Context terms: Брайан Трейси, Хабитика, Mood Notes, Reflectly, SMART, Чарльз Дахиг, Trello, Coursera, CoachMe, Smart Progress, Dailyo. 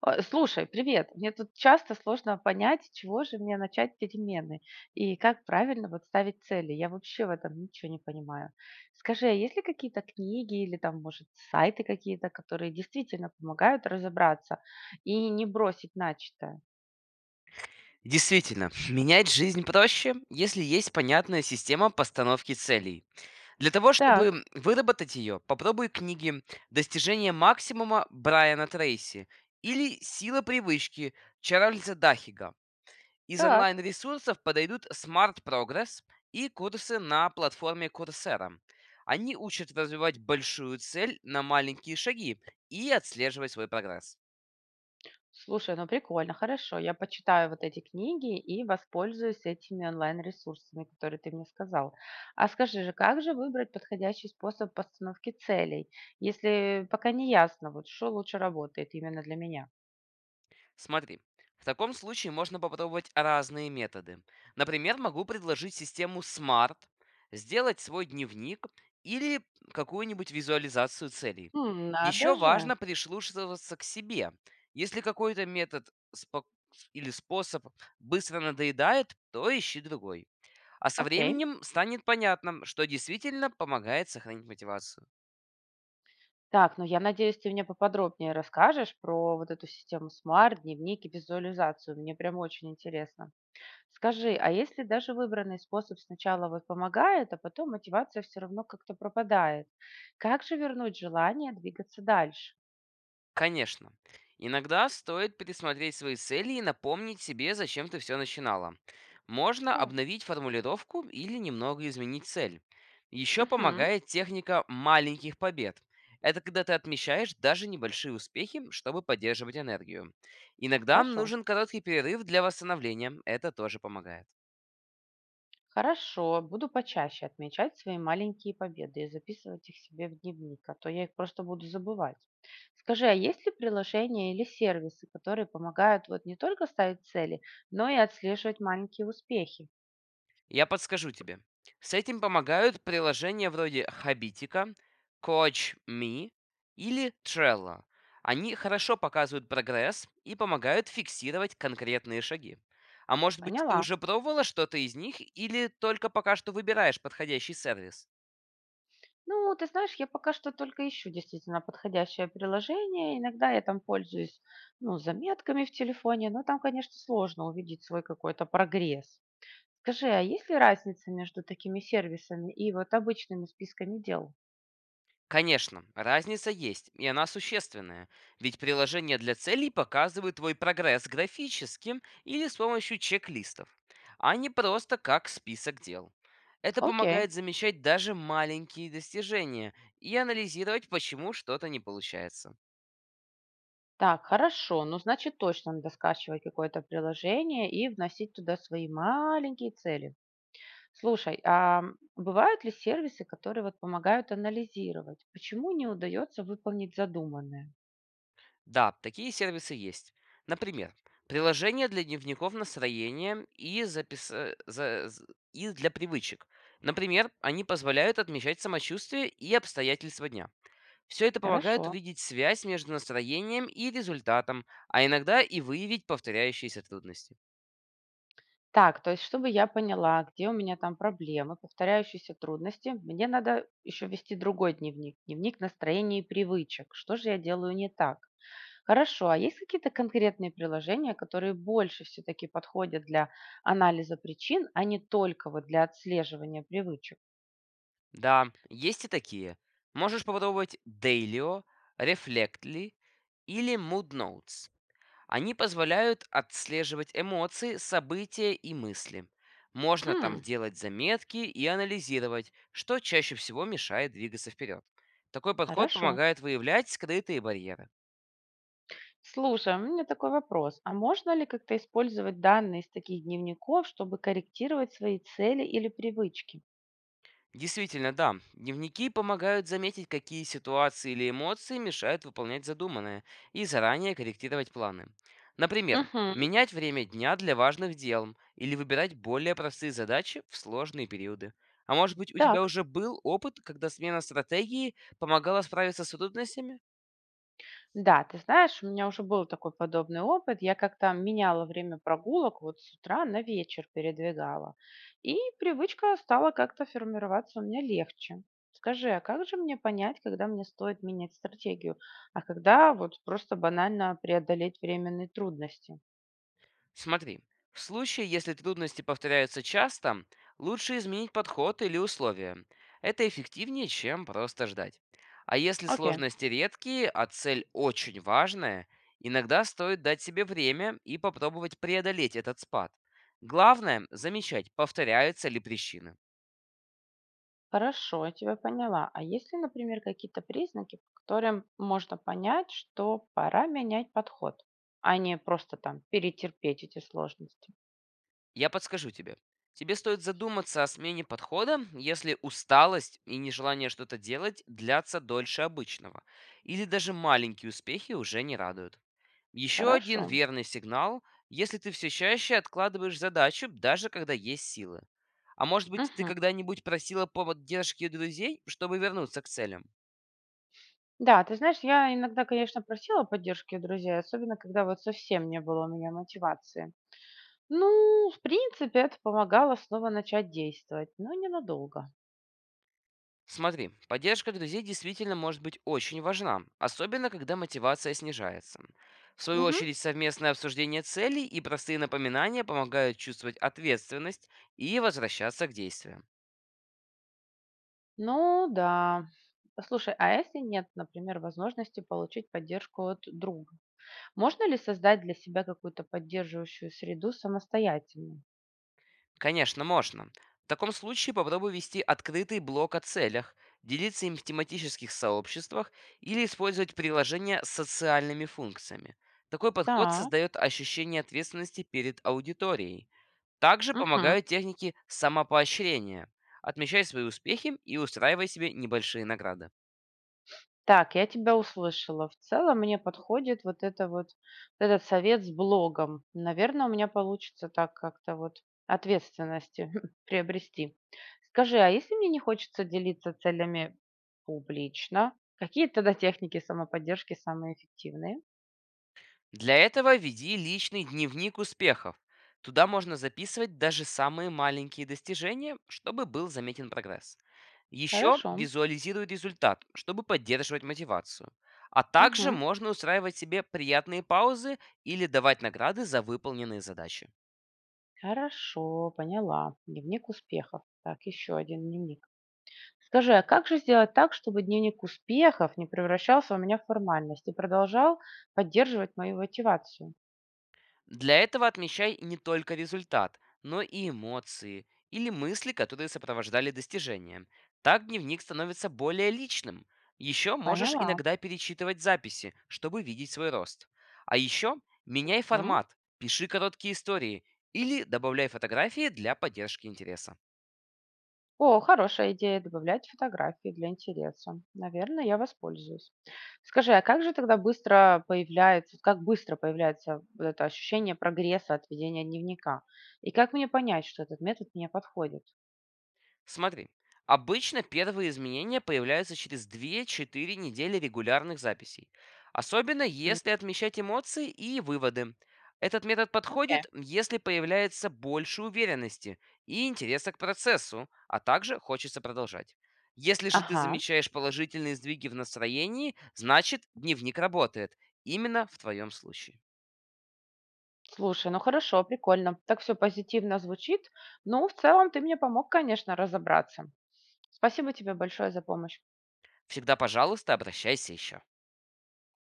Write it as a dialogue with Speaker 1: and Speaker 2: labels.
Speaker 1: А, слушай, привет. Мне тут часто сложно понять, с чего же мне начать перемены и как правильно вот ставить цели. Я вообще в этом ничего не понимаю. Скажи, а есть ли какие-то книги или там, может, сайты какие-то, которые действительно помогают разобраться и не бросить начатое?
Speaker 2: Действительно, менять жизнь проще, если есть понятная система постановки целей. Для того,
Speaker 1: Так,
Speaker 2: чтобы выработать ее, попробуй книги «Достижение максимума» Брайана Трейси или «Сила привычки» Чарльза Дахига. Из
Speaker 1: так.
Speaker 2: онлайн-ресурсов подойдут Smart Progress и курсы на платформе Coursera. Они учат развивать большую цель на маленькие шаги и отслеживать свой прогресс.
Speaker 1: Слушай, ну прикольно, хорошо. Я почитаю вот эти книги и воспользуюсь этими онлайн-ресурсами, которые ты мне сказал. А скажи же, как же выбрать подходящий способ постановки целей, если пока не ясно, вот что лучше работает именно для меня?
Speaker 2: Смотри, в таком случае можно попробовать разные методы. Например, могу предложить систему SMART, сделать свой дневник или какую-нибудь визуализацию целей.
Speaker 1: Хм, надо
Speaker 2: Еще
Speaker 1: же.
Speaker 2: важно прислушиваться к себе. Если какой-то метод спо- или способ быстро надоедает, то ищи другой. А со
Speaker 1: Окей.
Speaker 2: временем станет понятно, что действительно помогает сохранить мотивацию.
Speaker 1: Так, ну я надеюсь, ты мне поподробнее расскажешь про вот эту систему Smart, дневник и визуализацию. Мне прям очень интересно. Скажи, а если даже выбранный способ сначала вот помогает, а потом мотивация все равно как-то пропадает, как же вернуть желание двигаться дальше?
Speaker 2: Конечно. Иногда стоит пересмотреть свои цели и напомнить себе, зачем ты все начинала. Можно
Speaker 1: Так,
Speaker 2: обновить формулировку или немного изменить цель. Еще
Speaker 1: мгм.
Speaker 2: помогает техника маленьких побед. Это когда ты отмечаешь даже небольшие успехи, чтобы поддерживать энергию. Иногда
Speaker 1: Хорошо.
Speaker 2: нужен короткий перерыв для восстановления. Это тоже помогает.
Speaker 1: Хорошо, буду почаще отмечать свои маленькие победы и записывать их себе в дневник, а то я их просто буду забывать. Скажи, а есть ли приложения или сервисы, которые помогают вот не только ставить цели, но и отслеживать маленькие успехи?
Speaker 2: Я подскажу тебе. С этим помогают приложения вроде Хабитика, CoachMe или Trello. Они хорошо показывают прогресс и помогают фиксировать конкретные шаги. А может быть, ты
Speaker 1: Поняла.
Speaker 2: уже пробовала что-то из них или только пока что выбираешь подходящий сервис?
Speaker 1: Ну, ты знаешь, я пока что только ищу действительно подходящее приложение. Иногда я там пользуюсь, ну, заметками в телефоне, но там, конечно, сложно увидеть свой какой-то прогресс. Скажи, а есть ли разница между такими сервисами и вот обычными списками дел?
Speaker 2: Конечно, разница есть, и она существенная, ведь приложение для целей показывает твой прогресс графически или с помощью чек-листов, а не просто как список дел. Это
Speaker 1: Окей.
Speaker 2: помогает замечать даже маленькие достижения и анализировать, почему что-то не получается.
Speaker 1: Так, хорошо. Ну, значит, точно надо скачивать какое-то приложение и вносить туда свои маленькие цели. Слушай, а бывают ли сервисы, которые вот помогают анализировать, почему не удается выполнить задуманное?
Speaker 2: Да, такие сервисы есть. Например, приложение для дневников настроения и, запис... э, за- з- и для привычек. Например, они позволяют отмечать самочувствие и обстоятельства дня. Все это
Speaker 1: Хорошо.
Speaker 2: помогает увидеть связь между настроением и результатом, а иногда и выявить повторяющиеся трудности.
Speaker 1: Так, то есть, чтобы я поняла, где у меня там проблемы, повторяющиеся трудности, мне надо еще вести другой дневник, дневник настроения и привычек. Что же я делаю не так? Хорошо, а есть какие-то конкретные приложения, которые больше все-таки подходят для анализа причин, а не только вот для отслеживания привычек?
Speaker 2: Да, есть и такие. Можешь попробовать Dailyo, Reflectly или Mood Notes. Они позволяют отслеживать эмоции, события и мысли. Можно там
Speaker 1: Хм,
Speaker 2: делать заметки и анализировать, что чаще всего мешает двигаться вперед. Такой подход
Speaker 1: хорошо.
Speaker 2: помогает выявлять скрытые барьеры.
Speaker 1: Слушай, у меня такой вопрос. А можно ли как-то использовать данные из таких дневников, чтобы корректировать свои цели или привычки?
Speaker 2: Действительно, да. Дневники помогают заметить, какие ситуации или эмоции мешают выполнять задуманное, и заранее корректировать планы. Например,
Speaker 1: Угу,
Speaker 2: менять время дня для важных дел или выбирать более простые задачи в сложные периоды. А может быть, у тебя
Speaker 1: так.
Speaker 2: уже был опыт, когда смена стратегии помогала справиться с трудностями?
Speaker 1: Да, ты знаешь, у меня уже был такой подобный опыт. Я как-то меняла время прогулок вот с утра на вечер передвигала. И привычка стала как-то формироваться у меня легче. Скажи, а как же мне понять, когда мне стоит менять стратегию, а когда вот просто банально преодолеть временные трудности?
Speaker 2: Смотри, в случае, если трудности повторяются часто, лучше изменить подход или условия. Это эффективнее, чем просто ждать. А если
Speaker 1: Окей,
Speaker 2: сложности редкие, а цель очень важная, иногда стоит дать себе время и попробовать преодолеть этот спад. Главное — замечать, повторяются ли причины.
Speaker 1: хорошо, я тебя поняла. А есть ли, например, какие-то признаки, по которым можно понять, что пора менять подход, а не просто там перетерпеть эти сложности?
Speaker 2: Я подскажу тебе. Тебе стоит задуматься о смене подхода, если усталость и нежелание что-то делать длятся дольше обычного, или даже маленькие успехи уже не радуют. Еще один
Speaker 1: Хорошо.
Speaker 2: верный сигнал, если ты все чаще откладываешь задачу, даже когда есть силы. А может быть, ты
Speaker 1: Мгм.
Speaker 2: когда-нибудь просила поддержки у друзей, чтобы вернуться к целям?
Speaker 1: Да, ты знаешь, я иногда, конечно, просила поддержки у друзей, особенно когда вот совсем не было у меня мотивации. Ну, в принципе, это помогало снова начать действовать, но ненадолго.
Speaker 2: Смотри, поддержка друзей действительно может быть очень важна, особенно когда мотивация снижается. В свою
Speaker 1: Мгм.
Speaker 2: очередь, совместное обсуждение целей и простые напоминания помогают чувствовать ответственность и возвращаться к действиям.
Speaker 1: Ну да. Слушай, а если нет, например, возможности получить поддержку от друга, можно ли создать для себя какую-то поддерживающую среду самостоятельно?
Speaker 2: Конечно, можно. В таком случае попробуй вести открытый блок о целях, делиться им в тематических сообществах или использовать приложения с социальными функциями. Такой подход
Speaker 1: Да.
Speaker 2: создает ощущение ответственности перед аудиторией. Также
Speaker 1: Мгм.
Speaker 2: помогают техники самопоощрения. Отмечай свои успехи и устраивай себе небольшие награды.
Speaker 1: Так, я тебя услышала. В целом мне подходит вот этот совет с блогом. Наверное, у меня получится так как-то вот ответственности приобрести. Скажи, а если мне не хочется делиться целями публично, какие тогда техники самоподдержки самые эффективные?
Speaker 2: Для этого веди личный дневник успехов. Туда можно записывать даже самые маленькие достижения, чтобы был заметен прогресс. Еще
Speaker 1: Хорошо.
Speaker 2: визуализируй результат, чтобы поддерживать мотивацию. А также
Speaker 1: Мгм.
Speaker 2: можно устраивать себе приятные паузы или давать награды за выполненные задачи.
Speaker 1: Хорошо, поняла. Дневник успехов. Так, еще один дневник. Скажи, а как же сделать так, чтобы дневник успехов не превращался у меня в формальность и продолжал поддерживать мою мотивацию?
Speaker 2: Для этого отмечай не только результат, но и эмоции или мысли, которые сопровождали достижение. Так дневник становится более личным. Еще можешь
Speaker 1: Поняла.
Speaker 2: иногда перечитывать записи, чтобы видеть свой рост. А еще меняй
Speaker 1: М?
Speaker 2: формат, пиши короткие истории или добавляй фотографии для поддержки интереса.
Speaker 1: О, хорошая идея добавлять фотографии для интереса. Наверное, я воспользуюсь. Скажи, а как же тогда быстро появляется, как быстро появляется вот это ощущение прогресса от ведения дневника? И как мне понять, что этот метод мне подходит?
Speaker 2: Смотри, обычно первые изменения появляются через две-четыре недели регулярных записей, особенно
Speaker 1: М,
Speaker 2: если отмечать эмоции и выводы. Этот метод
Speaker 1: окей.
Speaker 2: подходит, если появляется больше уверенности и интереса к процессу, а также хочется продолжать. Если же ты
Speaker 1: Ага.
Speaker 2: замечаешь положительные сдвиги в настроении, значит дневник работает. Именно в твоем случае.
Speaker 1: Слушай, ну хорошо, прикольно. Так все позитивно звучит. Ну, в целом ты мне помог, конечно, разобраться. Спасибо тебе большое за помощь.
Speaker 2: Всегда, пожалуйста, обращайся еще.